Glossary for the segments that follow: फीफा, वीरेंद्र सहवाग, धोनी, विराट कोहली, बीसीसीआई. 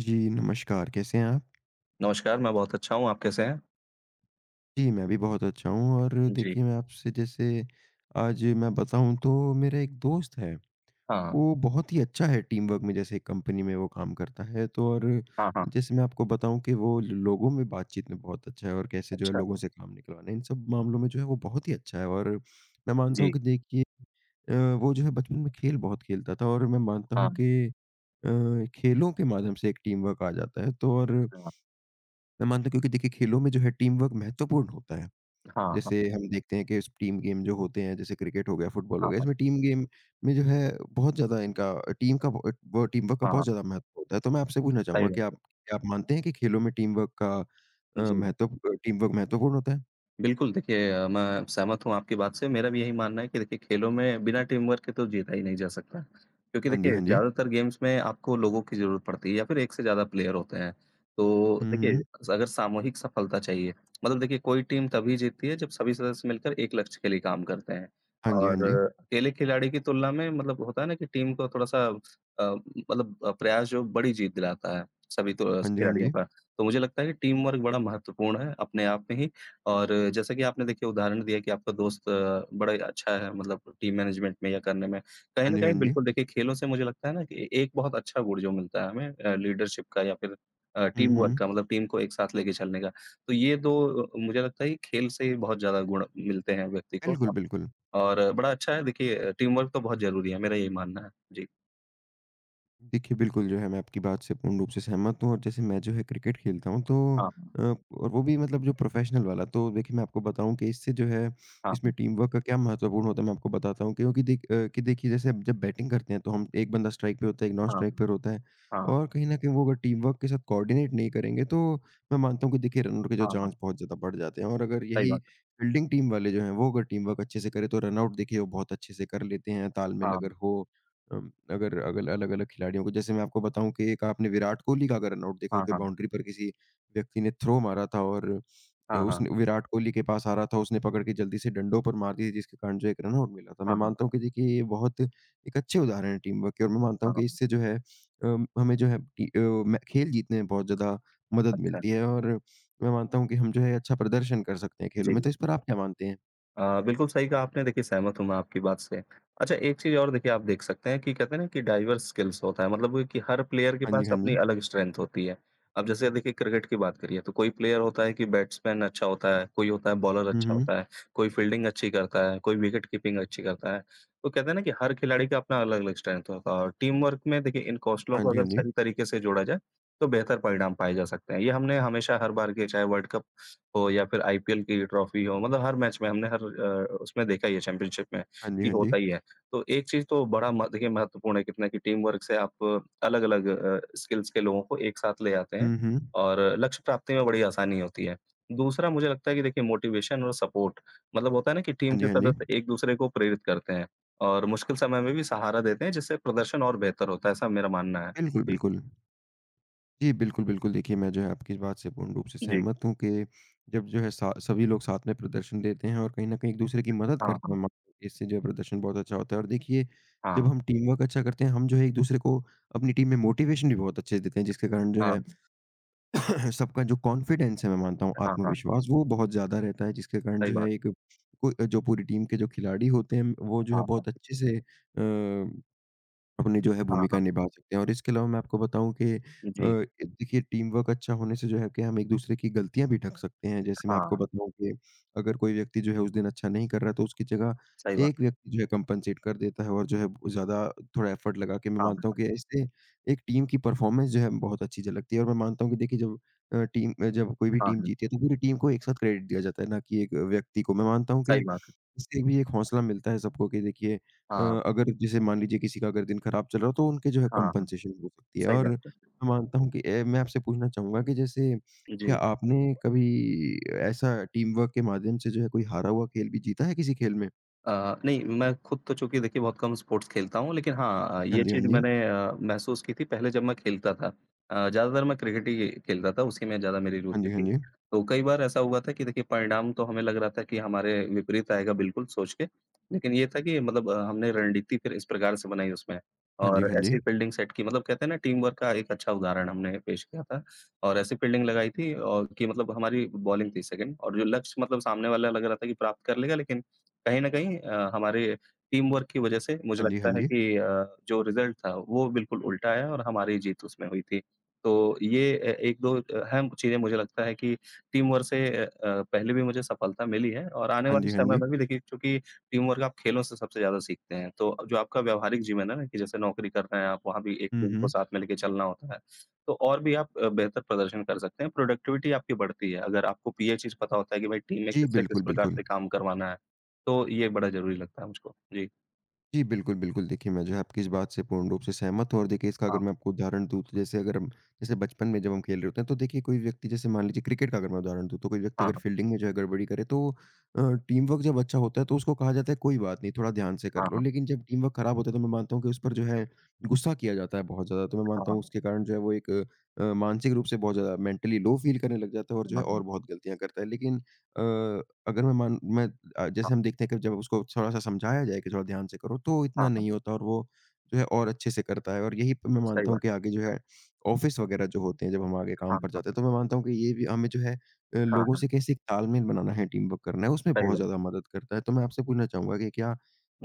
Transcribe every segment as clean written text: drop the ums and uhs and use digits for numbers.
जी, नमस्कार, कैसे हैं आप? नमस्कार, मैं बहुत अच्छा हूँ, आप कैसे हैं? जी, मैं भी बहुत अच्छा हूँ और जी, देखिए मैं आपसे जैसे आज मैं बताऊँ तो मेरा एक दोस्त है। हाँ, वो बहुत ही अच्छा है टीम वर्क में, जैसे एक कंपनी में वो काम करता है तो और हाँ, हाँ। जैसे मैं आपको बताऊँ कि वो ल लोगों में बातचीत में बहुत अच्छा है और कैसे जो है अच्छा, लोगों से काम निकलवाना, इन सब मामलों में जो है वो बहुत ही अच्छा है और मैं मानता हूँ जी, कि देखिए अ, वो जो है बचपन में खेल बहुत खेलता था और मैं मानता हाँ, हूँ कि अ, खेलों के माध्यम से एक टीम वर्क आ जाता है तो और हाँ, मैं मानता हूँ, क्योंकि देखिए खेलों में जो है टीम वर्क महत्वपूर्ण होता है। हाँ, हाँ, जैसे हम देखते हैं कि इस टीम गेम जो होते हैं जैसे क्रिकेट हो गया, फुटबॉल हो हाँ, गया, इसमें टीम गेम में जो है बहुत ज़्यादा इनका टीम का ब ब टीम वर्क का हाँ, बहुत हाँ, ज़्यादा महत्व होता है। तो मैं आपसे पूछना चाहूँगा सही कि बात आप, है। क्या आप मानते हैं कि खेलों में टीम वर्क का जी। महत्व, टीम वर्क महत्वपूर्ण होता है? बिल्कुल, देखिए मैं सहमत हूँ आपकी बात से। मेरा भी यही मानना है कि देखिए खेलों में बिना टीम वर्क के तो जीता ही नहीं जा सकता। क्योंकि हाँ जी, हाँ देखिए जी। ज़्यादातर गेम्स में आपको लोगों की ज़रूरत पड़ती है या फिर एक से ज़्यादा प्लेयर होते हैं। तो हुँ, देखिए हुँ। अगर सामूहिक सफलता चाहिए मतलब देखिए कोई टीम तभी जीतती है जब सभी सदस्य मिलकर एक लक्ष्य के लिए काम करते हैं। हाँ जी, हाँ और जी। अकेले खिलाड़ी की तुलना में मतलब होता है ना कि टीम को थोड़ा-सा मतलब प्रयास जो बड़ी जीत दिलाता है सभी तो हाँ जी, हाँ खिलाड़ियों जी। का। तो मुझे लगता है कि टीम वर्क बड़ा महत्वपूर्ण है अपने आप में ही। और जैसा कि आपने देखिए उदाहरण दिया कि आपका दोस्त बड़ा ही अच्छा है मतलब टीम मैनेजमेंट में या करने में। कहीं हाँ न जी, हाँ कहीं जी। बिल्कुल देखिए खेलों से मुझे लगता है ना कि एक बहुत अच्छा गुण जो मिलता है हमें लीडरशिप का या फिर हुँ, टीम वर्क हुँ। का मतलब टीम को एक साथ लेके चलने का। तो ये 2 मुझे लगता है कि खेल से ही बहुत ज़्यादा गुण मिलते हैं व्यक्ति को बिल्कुल, बिल्कुल। और बड़ा अच्छा है देखिए टीम वर्क तो बहुत ज़रूरी है, मेरा यही मानना है। जी। देखिए, बिल्कुल जो है मैं आपकी बात से पूर्ण रूप से सहमत हूँ और जैसे मैं जो है क्रिकेट खेलता हूँ तो हाँ, हाँ। और वो भी मतलब जो प्रोफ़ेशनल वाला, तो देखिए मैं आपको बताऊँ कि इससे जो है इसमें हाँ, टीम वर्क का क्या महत्वपूर्ण होता है, मैं आपको बताता हूँ, क्योंकि देख अ, कि देखिए जैसे अब जब बैटिंग करते हैं तो हम एक बंदा स्ट्राइक पे होता है, एक नॉन हाँ। स्ट्राइक पर होता है हाँ, हाँ। और कहीं न कहीं वो अगर टीम वर्क के साथ कोऑर्डिनेट नहीं करेंगे तो मैं मानता हूँ कि देखिए रन आउट के जो हाँ, हाँ। हाँ, हाँ। चांस बहुत ज़्यादा बढ़ जाते हैं, और अगर सही यही बात है। फील्डिंग टीम वाले जो हैं वो अगर टीम वर्क अच्छे से करें तो रन आउट देखिए वो बहुत अच्छे से कर लेते हैं, तालमेल हाँ, अगर हो। अगर अगल अलग-अलग खिलाड़ियों को, जैसे मैं आपको बताऊँ कि एक आपने विराट कोहली का अगर रनआउट देखा हो हाँ, कि हाँ। बाउंड्री पर किसी व्यक्ति ने थ्रो मारा था और हाँ, हाँ। उसने विराट कोहली के पास आ रहा था, उसने पकड़ के जल्दी से डंडों पर मार दी थी, जिसके कारण जो एक रनआउट मिला था। मैं हाँ, मानता हाँ। हूँ कि देखिए ये बहुत एक अच्छे उदाहरण है टीम वर्क के और मैं मानता हाँ, हूँ कि हाँ। इससे जो है हमें जो है टी अ, मै खेल जीतने में बहुत ज़्यादा मदद अच्छा। मिलती है और मैं मानता हूँ कि हम जो है अच्छा प्रदर्शन कर सकते हैं खेलों जी। में। तो इस पर आप क्या मानते हैं? बिल्कुल सही कहा आपने, देखिए सहमत हूँ मैं आपकी बात से। अच्छा एक चीज़ और देखिए आप देख सकते हैं कि कहते हैं ना कि डाइवर्स स्किल्स होता है, मतलब वो कि हर प्लेयर के हाँ जी, पास हाँ अपनी जी। अलग स्ट्रेंथ होती है। अब जैसे देखिए क्रिकेट की बात करिए, तो कोई प्लेयर होता है कि बैट्समैन अच्छा होता है, कोई होता है बॉलर हुँ, अच्छा हुँ। होता है, कोई फील्डिंग अच्छी करता है, कोई विकेट कीपिंग अच्छी करता है। तो कहते हैं ना कि हर खिलाड़ी का अपना अलग-अलग स्ट्रेंथ होता है और टीम वर्क में देखिए इन कौशलों हाँ को जी, अगर हाँ जी। सही तरीके से जोड़ा जाए, तो बेहतर परिणाम पाए जा सकते हैं। ये हमने हमेशा हर बार के चाहे वर्ल्ड कप हो या फिर आईपीएल की ट्रॉफी हो मतलब हर मैच में हमने हर उसमें देखा ही है चैंपियनशिप में हाँ जी, कि हाँ जी। होता ही है। तो एक चीज़ तो बड़ा म देखिए महत्वपूर्ण है कितना कि टीम वर्क से आप अलग-अलग स्किल्स के लोगों को एक साथ ले आते हैं हुँ, हुँ। और लक्ष्य प्राप्ति में बड़ी आसानी होती है। दूसरा मुझे लगता है कि देखिए मोटिवेशन और सपोर्ट मतलब होता है ना कि टीम हाँ जी, के हाँ जी। सदस्य एक-दूसरे को प्रेरित करते हैं और मुश्किल समय में भी सहारा देते हैं जिससे प्रदर्शन और बेहतर होता है ऐसा मेरा मानना है। बिल्कुल, जी, बिल्कुल। जी, बिल्कुल, बिल्कुल। देखिए, मैं जो है आपकी इस बात से पूर्ण रूप से जी। सहमत हूँ कि जब जो है सा सभी लोग साथ में प्रदर्शन देते हैं और कहीं न कहीं एक-दूसरे की मदद हाँ, करते हाँ। हैं, मा इससे जो है प्रदर्शन बहुत अच्छा होता है और देखिए, जब हाँ, हम टीम वर्क अच्छा करते हैं, हम जो है एक-दूसरे को अपनी टीम में मोटिवेशन भी बहुत अच्छे से देते हैं, जिसके कारण जो हाँ, है सबका जो कॉन्फिडेंस है मैं मानता हूँ, हाँ, हाँ, आत्मविश्वास वो बहुत ज़्यादा रहता है, जिसके कारण सही जो बात। है एक को जो पूरी टीम के जो खिलाड़ी होते हैं, वो जो है हाँ, हाँ, बहुत अच्छे से अ अपनी जो है हाँ, भूमिका हाँ। निभा सकते हैं। और इसके अलावा मैं आपको बताऊँ कि जी, देखिए टीम वर्क अच्छा होने से जो है कि हम एक-दूसरे की गलतियाँ भी ढक सकते हैं। जैसे मैं आपको हाँ, बताऊँ कि अगर कोई व्यक्ति जो है उस दिन अच्छा नहीं कर रहा है तो उसकी जगह सही बात एक है। व्यक्ति जो है कंपनसेट कर देता है और जो है ज़्यादा थोड़ा एफर्ट लगा के, मैं हाँ, मानता हूँ हाँ, कि इससे एक टीम की परफॉर्मेंस जो है बहुत अच्छी झलकती है और मैं मानता हूँ कि देखिए जब जब कोई भी टीम हाँ, जीती है तो पूरी टीम को एक साथ क्रेडिट दिया जाता है, ना कि एक व्यक्ति को। मैं मानता हूँ कि सही बात है। इससे भी एक हौसला मिलता है सबको कि देखिए हाँ, अगर जैसे मान लीजिए किसी का अगर दिन खराब चल रहा हो तो उनके जो है हाँ, कंपनसेशन हो सकती है। सही और बात है। मैं मानता हूँ कि मैं आपसे पूछना चाहूँगा कि जैसे, क्या जी। आपने कभी ऐसा टीम वर्क के माध्यम से जो है कोई हारा हुआ खेल भी जीता है किसी खेल में? अ, नहीं, मैं खुद तो चूँकि देखिए बहुत कम स्पोर्ट्स खेलता हूँ, लेकिन हाँ, हुँ। हाँ ये जी, हाँ चीज़ जी। मैंने महसूस की थी पहले जब मैं खेलता था। ज़्यादातर मैं क्रिकेट ही खेलता था, उसी में ज़्यादा मेरी हाँ रुचि जी, हाँ थी। जी। तो कई बार ऐसा हुआ था कि देखिए परिणाम तो हमें लग रहा था कि हमारे विपरीत आएगा बिल्कुल सोच के, लेकिन ये था कि मतलब हमने रणनीति फिर इस प्रकार से बनाई उसमें हाँ जी, और हाँ जी। ऐसी फील्डिंग सेट की मतलब कहते हैं ना टीम वर्क का एक अच्छा उदाहरण हमने पेश किया था और ऐसी फील्डिंग लगाई थी और कि मतलब हमारी बॉलिंग थी सेकंड और जो लक्ष्य मतलब सामने वाला लग रहा था कि प्राप्त कर लेगा लेकिन कहीं न कहीं हमारे टीम वर्क की वजह से मुझे हाँ जी, हाँ लगता है जी। कि जो रिज़ल्ट था वो बिल्कुल उल्टा आया और हमारी जीत उसमें हुई थी। तो ये ए 1-2 अहम चीज़ें मुझे लगता है कि टीम वर्क से पहले भी मुझे सफलता मिली है और आने हाँ वाले जी, हाँ समय जी। में भी देखिए चूँकि टीम वर्क आप खेलों से सबसे ज़्यादा सीखते हैं। तो जो आपका व्यावहारिक जीवन है ना कि जैसे नौकरी कर रहे हैं आप, वहाँ भी एक हुँ, टीम को हुँ। साथ में लेके चलना होता है। तो और भी आप बेहतर प्रदर्शन कर सकते हैं, प्रोडक्टिविटी आपकी बढ़ती है। अगर आपको पीए चीज़ पता होता है कि भाई टीम में जी, किससे किस बिल्कुल, प्रकार बिल्कुल। से काम करवाना है। तो ये बड़ा ज़रूरी लगता है मुझको। जी। जी, बिल्कुल, बिल्कुल। देखिए, मैं जो है आपकी इस बात से पूर्ण रूप से सहमत हूँ और देखिए इसका अगर हाँ, मैं आपको उदाहरण दूँ तो जैसे अगर हम, जैसे बचपन में जब हम खेल रहे होते हैं तो देखिए कोई व्यक्ति, जैसे मान लीजिए क्रिकेट का अगर मैं उदाहरण दूँ, तो कोई व्यक्ति हाँ, अगर फील्डिंग में जो है गड़बड़ी करे तो अ, टीम वर्क जब अच्छा होता है तो उसको कहा जाता है कोई बात नहीं, थोड़ा ध्यान से कर हाँ, लो। हाँ, लेकिन जब टीम वर्क खराब होता है तो मैं मानता हूँ कि उस पर जो है गुस्सा किया जाता है बहुत ज़्यादा। तो मैं मानता हाँ, हूँ उसके कारण जो है वो एक मानसिक रूप से बहुत ज़्यादा मेंटली लो फ़ील करने लग जाता है और जो है हाँ, और बहुत गलतियाँ करता है। लेकिन अगर मैं मान मैं अ, हाँ, जैसे हम देखते हैं कि जब उसको थोड़ा-सा समझाया जाए कि थोड़ा ध्यान से करो, तो इतना हाँ, हाँ, नहीं होता और वो जो है और अच्छे से करता है। और यही मैं सही मानता हूँ बात। कि आगे जो है ऑफ़िस वग़ैरह जो होते हैं, जब हम आगे काम हाँ, पर हाँ, जाते हैं, तो मैं मानता हूँ कि ये भी हमें जो है हाँ, लोगों हाँ, से कैसे एक तालमेल बनाना है, टीम वर्क करना है, उसमें सही बहुत बात ज़्यादा है। मदद करता है। तो मैं आपसे पूछना चाहूँगा कि क्या,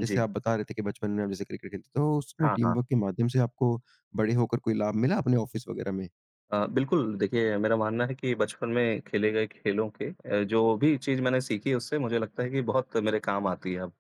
जैसे जी, आप बता रहे थे कि बचपन में आप जैसे क्रिकेट खेलते थे, तो उसमें हाँ, टीम हाँ। वर्क के माध्यम से आपको बड़े होकर कोई लाभ मिला अपने ऑफ़िस वग़ैरह में? बिल्कुल, देखिए मेरा मानना है कि बचपन में खेले गए खेलों के जो भी चीज़ मैंने सीखी उससे मुझे लगता है कि बहुत मेरे काम आती है अब।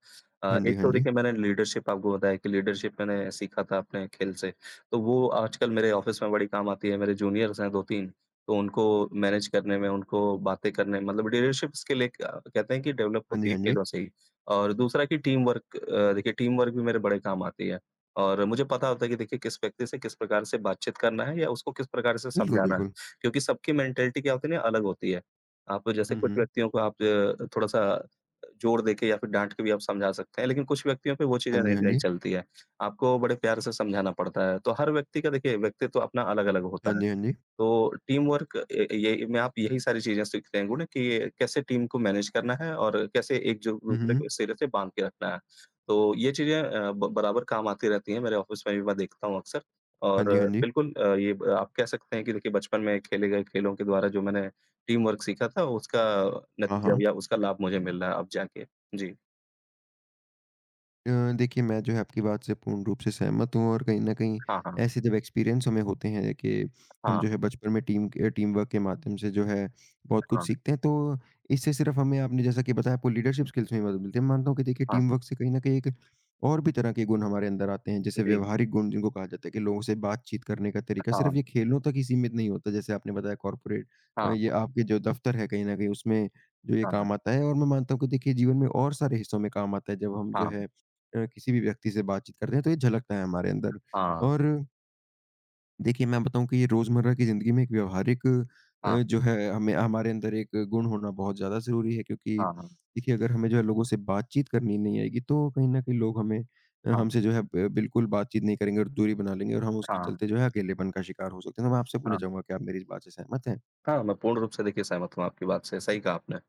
हाँ जी, एक हाँ तो जी। देखिए मैंने लीडरशिप आपको बताया कि लीडरशिप मैंने सीखा था अपने खेल से, तो वो आजकल मेरे ऑफ़िस में बड़ी काम आती है। मेरे जूनियर्स हैं 2-3 तो उनको मैनेज करने में, उनको बातें करने में, मतलब लीडरशिप स्किल एक कहते हैं कि डेवलप हाँ जी, होती है हाँ जी। खेलों से ही। और दूसरा कि टीम वर्क देखिए टीम वर्क भी मेरे बड़े काम आती है। और मुझे पता होता है कि देखिए किस व्यक्ति से किस प्रकार से बातचीत करना है या उसको किस प्रकार से बिल्कुल, समझाना है, बिल्कुल। क्योंकि सबकी मेंटालिटी क्या होती है ना अलग होती है। आप जैसे हुँ, कुछ हुँ। व्यक्तियों को आप थोड़ा-सा जोर देके या फिर डाँट के भी आप समझा सकते हैं, लेकिन कुछ व्यक्तियों पे वो चीज़ें हाँ जी, नहीं हाँ नहीं जी। चलती है। आपको बड़े प्यार से समझाना पड़ता है। तो हर व्यक्ति का देखिए व्यक्तित्व अपना अलग-अलग हाँ होता है। जी, हाँ जी। तो टीम वर्क ये में आप यही सारी चीज़ें सीखते हैं गुण कि ये कैसे टीम को मैनेज करना है और कैसे एक जो हुँ, दूसरे हुँ। को सिरे से बाँध के रखना है। तो ये चीज़ें अ, ब बराबर काम आती रहती हैं मेरे ऑफ़िस में भी मैं देखता हूँ अक्सर हाँ और जी, हाँ जी। बिल्कुल अ, ये ब आप कह सकते हैं कि देखिए बचपन में खेले गए खेलों के द्वारा जो मैंने टीम वर्क सीखा था उसका हाँ, नतीजा हाँ। या उसका लाभ मुझे मिल रहा है अब जाके। जी। देखिए, मैं जो है आपकी बात से पूर्ण रूप से सहमत हूँ और कहीं न कहीं हाँ, हाँ। ऐसे जब एक्सपीरियंस हमें होते हैं कि हम हाँ, जो है बचपन में टीम वर्क के माध्यम से जो है बहुत कुछ हाँ, सीखते हैं, तो इससे सिर्फ़ हमें, आपने जैसा कि बताया, आपको लीडरशिप स्किल्स में भी मदद मिलती है। मैं मानता हूँ कि देखिए टीम हाँ। वर्क से कहीं न कहीं एक और भी तरह के गुण हमारे अंदर आते हैं, जैसे जी। व्यवहारिक गुण, जिनको कहा जाता है कि लोगों से बातचीत करने का तरीका सिर्फ़ ये हाँ, खेलों तक ही सीमित नहीं होता, जैसे आपने बताया कॉर्पोरेट हाँ, ये आपके जो दफ़्तर है कहीं न कहीं उसमें जो ये हाँ, काम आता है। और मैं मानता हूँ कि देखिए जीवन में और सारे हिस्सों में काम आता है, जब हम जो है हाँ, किसी भी व्यक्ति से बातचीत करते हैं, तो ये झलकता है हमारे अंदर। हाँ, और देखिए, मैं बताऊँ कि ये रोज़मर्रा की ज़िंदगी में एक व्यावहारिक हाँ, जो है, हमें, हमारे अंदर एक गुण होना बहुत ज़्यादा ज़रूरी है, क्योंकि हाँ, हाँ, देखिए, अगर हमें जो है लोगों से बातचीत करनी नहीं आएगी, तो कहीं न कहीं लोग हमें, हमसे जो है ब बिल्कुल बातचीत नहीं करेंगे और दूरी बना लेंगे, और हम हाँ, उसके चलते हाँ। जो है अकेलेपन का शिकार हो सकते हैं। तो मैं आपसे पूछना हाँ। चाहूँगा, क्या आप मेरी इस बात से सहमत हैं? हाँ, मैं पूर्ण रूप से देखिए सहमत हूँ आपकी बात से, सही कहा आपने।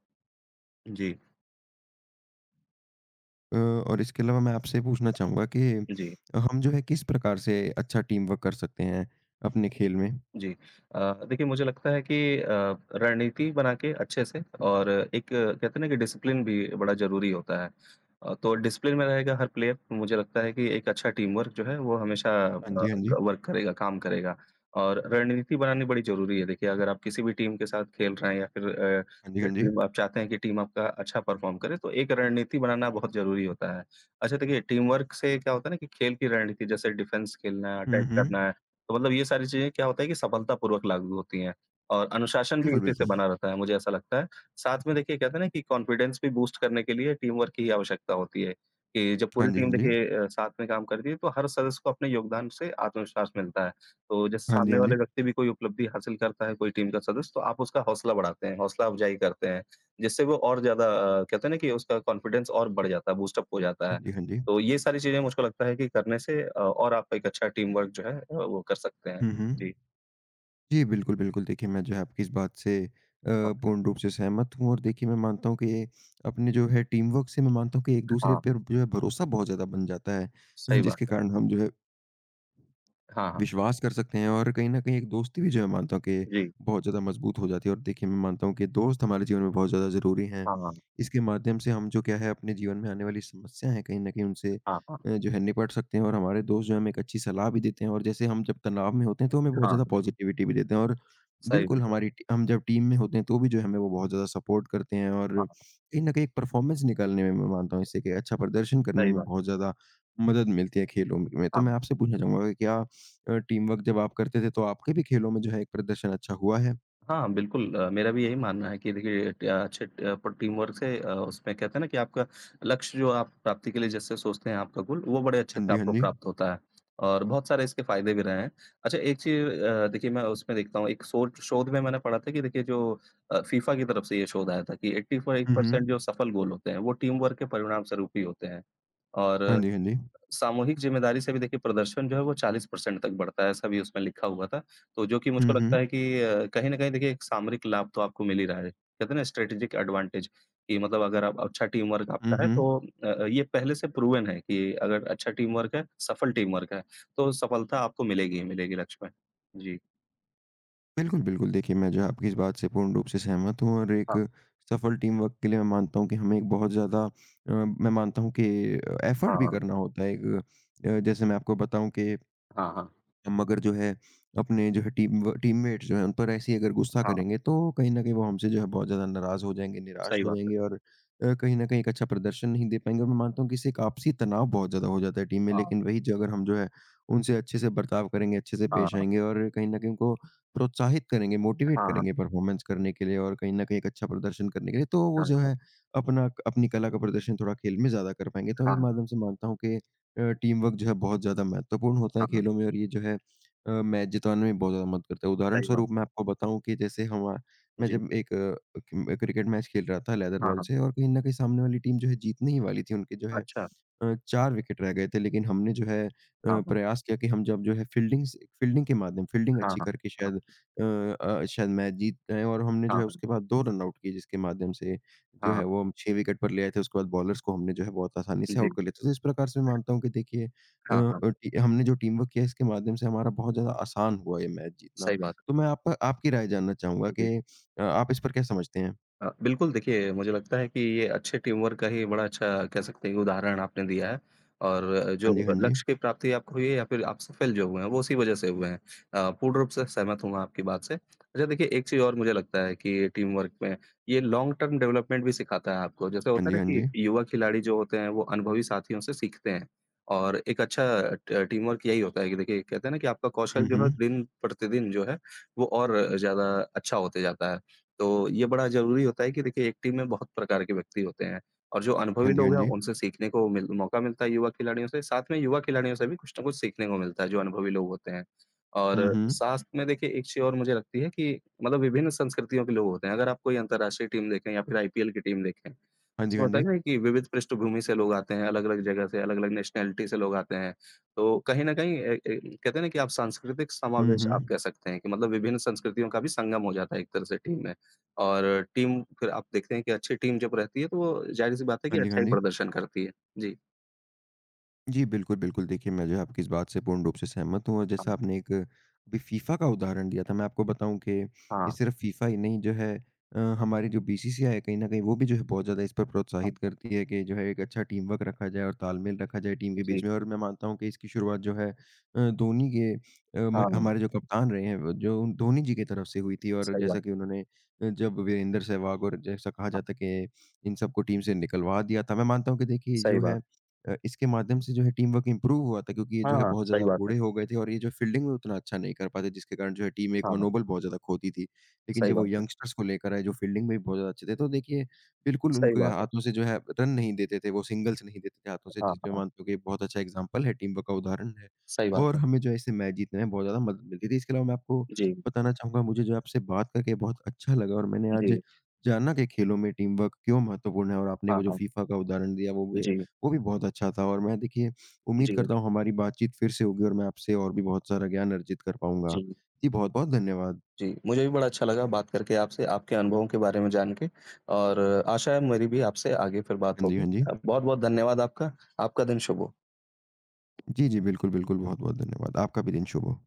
जी, और इसके अलावा मैं आपसे पूछना चाहूँगा कि जी। हम जो है किस प्रकार से अच्छा टीम वर्क कर सकते हैं अपने खेल में? जी। अ, देखिए मुझे लगता है कि अ, रणनीति बना के अच्छे से और एक कहते हैं ना कि डिसिप्लिन भी बड़ा ज़रूरी होता है। तो डिसिप्लिन में रहेगा हर प्लेयर, मुझे लगता है कि एक अच्छा टीम वर्क जो है वो हमेशा अ, हाँ जी, हाँ जी। क वर्क करेगा, काम करेगा और रणनीति बनानी बड़ी ज़रूरी है। देखिए अगर आप किसी भी टीम के साथ खेल रहे हैं या फिर अ, हाँ जी, हाँ जी। टीम आप चाहते हैं कि टीम आपका अच्छा परफ़ॉर्म करे तो एक रणनीति बनाना बहुत ज़रूरी होता है। अच्छा देखिए टीम वर्क से क्या होता है ना कि खेल की रणनीति जैसे डिफेंस खेलना, हुँ, अटैक हुँ। करना तो मतलब ये सारी चीज़ें क्या होता है कि सफलतापूर्वक लागू होती हैं और अनुशासन भी बिल्कुल, इसी से बिल्कुल। बना रहता है, मुझे ऐसा लगता है। साथ में देखिए कहते हैं ना कि कॉन्फिडेंस भी बूस्ट करने के लिए टीम वर्क की आवश्यकता होती है, कि जब हाँ पूरी जी, हाँ टीम जी। देखिए साथ में काम करती है तो हर सदस्य को अपने योगदान से आत्मविश्वास मिलता है। तो जैसे हाँ जी, सामने हाँ जी। वाले व्यक्ति भी कोई उपलब्धि हासिल करता है, कोई टीम का सदस्य तो आप उसका हौसला बढ़ाते हैं, हौसला अफ़जाई करते हैं, जिससे वो और ज़्यादा कहते हैं ना कि उसका कॉन्फिडेंस और बढ़ जाता है, बूस्ट अप हो जाता हाँ है। जी, हाँ जी। तो ये सारी चीज़ें मुझको लगता है कि करने से और आप एक अच्छा टीम वर्क जो है वो कर सकते हैं। हुँ, हुँ। जी। जी, बिल्कुल, बिल्कुल। देखिए, मैं जो है आपकी इस बात से हाँ, हाँ। पूर्ण रूप से सहमत हूँ और देखिए मैं मानता हूँ कि ये अपने जो है टीम वर्क से मैं मानता हूँ कि एक-दूसरे हाँ, पर जो है भरोसा बहुत ज़्यादा बन जाता है, सही बात जिसके है। कारण हम जो है हाँ, हाँ। विश्वास कर सकते हैं और कहीं न कहीं एक दोस्ती भी जो है मानता हूँ कि जी। बहुत ज़्यादा मज़बूत हो जाती है और देखिए मैं मानता हूँ कि दोस्त हमारे जीवन में बहुत ज़्यादा ज़रूरी हैं। हाँ, हाँ। इसके माध्यम से हम जो क्या है अपने जीवन में आने वाली समस्या है कहीं न कहीं उनसे हाँ, हाँ। जो है निपट सकते हैं और हमारे दोस्त जो हमें एक अच्छी सलाह भी देते हैं और जैसे हम जब तनाव में होते हैं तो हमें बहुत हाँ, हाँ। ज़्यादा पॉज़िटिविटी भी देते हैं और सही बिल्कुल बात है। हमारी टी हम जब टीम में होते हैं तो भी जो है हमें वो बहुत ज़्यादा सपोर्ट करते हैं और हाँ, कहीं न कहीं एक परफ़ॉर्मेंस निकालने में मैं मानता हूँ इससे कि अच्छा प्रदर्शन करने सही में बात। बहुत ज़्यादा मदद मिलती है खेलों में। तो मैं हाँ। आपसे पूछना चाहूँगा कि क्या टीम वर्क जब आप करते थे, तो आपके भी खेलों में जो है एक प्रदर्शन अच्छा हुआ है? हाँ, बिल्कुल मेरा भी यही मानना है कि देखिए ट अच्छे ट प टीम वर्क से उसमें कहते हैं ना कि आपका लक्ष्य जो आप प्राप्ति के लिए जैसे सोचते हैं आपका गोल, वो बड़े अच्छे हाँ से जी, हाँ आपको जी। प्राप्त होता है और बहुत सारे इसके फ़ायदे भी रहे हैं। अच्छा एक चीज़ देखिए मैं उसमें देखता हूँ एक सोच शोध में मैंने पढ़ा था कि देखिए जो फीफा की तरफ से ये शोध आया था कि हुँ, 85% जो हुँ। सफल गोल होते हैं, वो टीम वर्क के परिणाम स्वरूप ही होते हैं। हाँ और जी, हाँ जी। सामूहिक ज़िम्मेदारी से भी देखिए प्रदर्शन जो है वो 40% तक बढ़ता है, ऐसा भी उसमें लिखा हुआ था। तो जो कि हुँ, मुझको हुँ। लगता है कि कहीं न कहीं देखिए एक सामरिक लाभ तो आपको मिल ही रहा है। कहते हैं ना स्ट्रैटेजिक एडवांटेज कि मतलब अगर आप अच्छा टीम वर्क हुँ, आपका है तो हुँ। ये पहले से प्रूवन है कि अगर अच्छा टीम वर्क है, सफल टीम वर्क है, तो सफलता आपको मिलेगी ही मिलेगी लक्ष्य में। जी। बिल्कुल, बिल्कुल। देखिए, मैं जो है आपकी इस बात से पूर्ण रूप से सहमत हूँ और एक हाँ, सफल टीम वर्क के लिए मैं मानता हूँ कि हमें एक बहुत ज़्यादा मैं मानता हूँ कि एफ़र्ट भी हाँ, करना होता है। एक जैसे मैं आपको बताऊँ कि हाँ, हाँ, हम अगर जो है अपने जो है टीम व टीममेट्स जो हैं उन पर ऐसे ही अगर गुस्सा हाँ, करेंगे तो कहीं न कहीं वो हमसे जो है बहुत ज़्यादा नाराज़ हो जाएँगे, निराश सही हो बात है। जाएँगे और कहीं न कहीं एक अच्छा प्रदर्शन नहीं दे पाएँगे और मैं मानता हूँ कि इससे एक आपसी तनाव बहुत ज़्यादा हो जाता है टीम में। हाँ, लेकिन वही जो अगर हम जो है उनसे अच्छे से बर्ताव करेंगे, अच्छे से हाँ, पेश हाँ, आएँगे और कहीं न कहीं उनको प्रोत्साहित करेंगे, मोटिवेट हाँ, करेंगे परफ़ॉर्मेंस करने के लिए और कहीं न कहीं एक अच्छा प्रदर्शन करने के लिए, तो वो जो हाँ, है अपना अपनी कला का प्रदर्शन थोड़ा खेल में ज़्यादा कर पाएँगे। तो इस हाँ, माध्यम से मानता हूँ कि टीम वर्क जो है बहुत ज़्यादा महत्वपूर्ण होता है हाँ, खेलों में और ये जो है मैच जितवाने में बहुत ज़्यादा मदद करता है। उदाहरण सही बात स्वरूप है। मैं आपको बताऊँ कि जैसे हमा मैं जी, जब एक क्रिम क्रिकेट मैच खेल रहा था लेदर हाँ, बॉल हाँ, से और कहीं न कहीं सामने वाली टीम जो है जीतने ही वाली थी। उनके जो है अच्छा, 4 विकेट रह गए थे लेकिन हमने जो है हाँ, हाँ, प्रयास किया कि हम जब जो है फ़ील्डिंग से फ़ील्डिंग के माध्यम फ़ील्डिंग हाँ, अच्छी हाँ, करके शायद शायद मैच जीत जाएँ और हमने जो हाँ, है हाँ। उसके बाद 2 रन आउट किए जिसके माध्यम से जो हाँ, है वो हम 6 विकेट पर ले आए थे। उसके बाद बॉलर्स को हमने जो है बहुत आसानी से आउट जी। कर लिया था। तो इस प्रकार से मैं मानता हूँ कि देखिए अ हाँ, हाँ। टी हमने जो टीम वर्क किया इसके माध्यम से हमारा बहुत ज़्यादा आसान हुआ ये मैच जीतना। सही बात है। तो मैं आपका आपकी राय जानना चाहूँगा जी। कि आप इस पर क्या समझते हैं? बिल्कुल, देखिए मुझे लगता है कि ये अच्छे टीम वर्क का ही बड़ा अच्छा कह सकते हैं कि उदाहरण आपने दिया है और जो हाँ जी, हाँ जी। लक्ष्य की प्राप्ति आपको हुई है या फिर आप सफल जो हुए हैं, वो उसी वजह से हुए हैं। पूर्ण रूप से सहमत हूँ मैं आपकी बात से। अच्छा देखिए एक चीज़ और मुझे लगता है कि टीम वर्क में ये लॉन्ग टर्म डेवलपमेंट भी सिखाता है आपको। जैसे हाँ होता जी, है ना हाँ कि जी। युवा खिलाड़ी जो होते हैं वो अनुभवी साथियों से सीखते हैं और एक अच्छा ट टीम वर्क यही होता है कि देखिए कहते हैं ना कि आपका हुँ, कौशल जो है हुँ। दिन प्रतिदिन जो है वो और ज़्यादा अच्छा होते जाता है। तो ये बड़ा ज़रूरी होता है कि देखिए एक टीम में बहुत प्रकार के व्यक्ति होते हैं और जो जी। अनुभवी हाँ जी, हाँ लोग हैं जी। उनसे सीखने को मिल मौका मिलता है युवा खिलाड़ियों से, साथ में युवा खिलाड़ियों से भी कुछ न कुछ सीखने को मिलता है जो अनुभवी लोग होते हैं। हुँ, और हुँ। साथ में देखिए एक चीज़ और मुझे लगती है कि मतलब विभिन्न संस्कृतियों के लोग होते हैं। अगर आप कोई अंतर्राष्ट्रीय टीम देखें या फिर आईपीएल की टीम देखें, हाँ जी, उसमें हाँ होता जी। है ना कि विविध पृष्ठभूमि से लोग आते हैं, अलग-अलग जगह से, अलग-अलग नेशनैलिटी से लोग आते हैं। तो कहीं न कहीं ए ए कहते हैं ना कि आप सांस्कृतिक हुँ, समावेश आप हुँ। कह सकते हैं कि मतलब विभिन्न संस्कृतियों का भी संगम हो जाता है एक तरह से टीम में। और टीम फिर आप देखते हैं कि अच्छी टीम जब रहती है, तो वो ज़ाहिर-सी बात है हाँ कि जी, हाँ अच्छा ही जी। प्रदर्शन करती है। जी। जी, बिल्कुल, बिल्कुल। देखिए, मैं जो है आपकी इस बात से पूर्ण रूप से सहमत हूँ और जैसा हाँ, आपने एक अभी फीफा का उदाहरण दिया था, मैं आपको बताऊँ कि ये हाँ, सिर्फ़ फीफा ही नहीं जो है हमारी जो बीसीसीआई है कहीं न कहीं वो भी जो है बहुत ज़्यादा इस पर हाँ, प्रोत्साहित हाँ। करती है कि जो है एक अच्छा टीम वर्क रखा जाए और तालमेल रखा जाए टीम के बीच जी। में और मैं मानता हूँ कि इसकी शुरुआत जो है धोनी के म हाँ, हमारे जो कप्तान रहे हैं वो धोनी जी की तरफ से हुई सहवाग। थी और सही जैसा बात, कि उन्होंने जब वीरेंद्र सहवाग और जैसा कहा हाँ, जाता है कि इन सबको टीम से निकलवा दिया था। मैं मानता हूँ कि देखिए सही जो बात। है इसके माध्यम से जो है टीम वर्क इम्प्रूव हुआ था क्योंकि ये हाँ, जो है हाँ, बहुत सही ज़्यादा बात है। बूढ़े हो गए थे और ये जो फील्डिंग में उतना अच्छा नहीं कर पाते जिसके कारण जो है टीम एक हाँ, हाँ, मनोबल बहुत ज़्यादा खोती थी। लेकिन सही जब वो बात है, यंगस्टर्स को लेकर आए जो फील्डिंग में भी बहुत ज़्यादा अच्छे थे तो देखिए बिल्कुल सही उनके बात है। हाथों से जो है रन नहीं देते थे, वो सिंगल्स नहीं देते थे हाथों से हाँ, जिसमें हाँ, मानता हूँ कि एक बहुत अच्छा एग्ज़ाम्पल है, टीम वर्क का उदाहरण है। सही बात और है। हमें जो है इससे मैच जीतने में बहुत ज़्यादा मदद मिलती थी। इसके अलावा मैं आपको जी, बताना चाहूँगा मुझे जो है आपसे बात करके बहुत अच्छा लगा और मैंने आज जी, जाना कि खेलों में टीम वर्क क्यों महत्वपूर्ण है और आपने हाँ, वो जो हाँ, फीफा का उदाहरण दिया जी, वो भी बहुत अच्छा था और मैं देखिए उम्मीद जी, करता हूँ हमारी बातचीत फिर से होगी और मैं आपसे और भी बहुत सारा ज्ञान अर्जित कर पाऊँगा। जी, जी बहुत-बहुत धन्यवाद। जी। मुझे भी बड़ा अच्छा लगा बात करके आपसे, आपके अनुभवों के बारे में जान के और आशा है मेरी भी आपसे आगे फिर बात हाँ जी, होगी। हाँ जी। बहुत-बहुत धन्यवाद आपका। आपका दिन शुभ हो। जी, जी, बिल्कुल, बिल्कुल। बहुत-बहुत धन्यवाद। आपका भी दिन शुभ हो।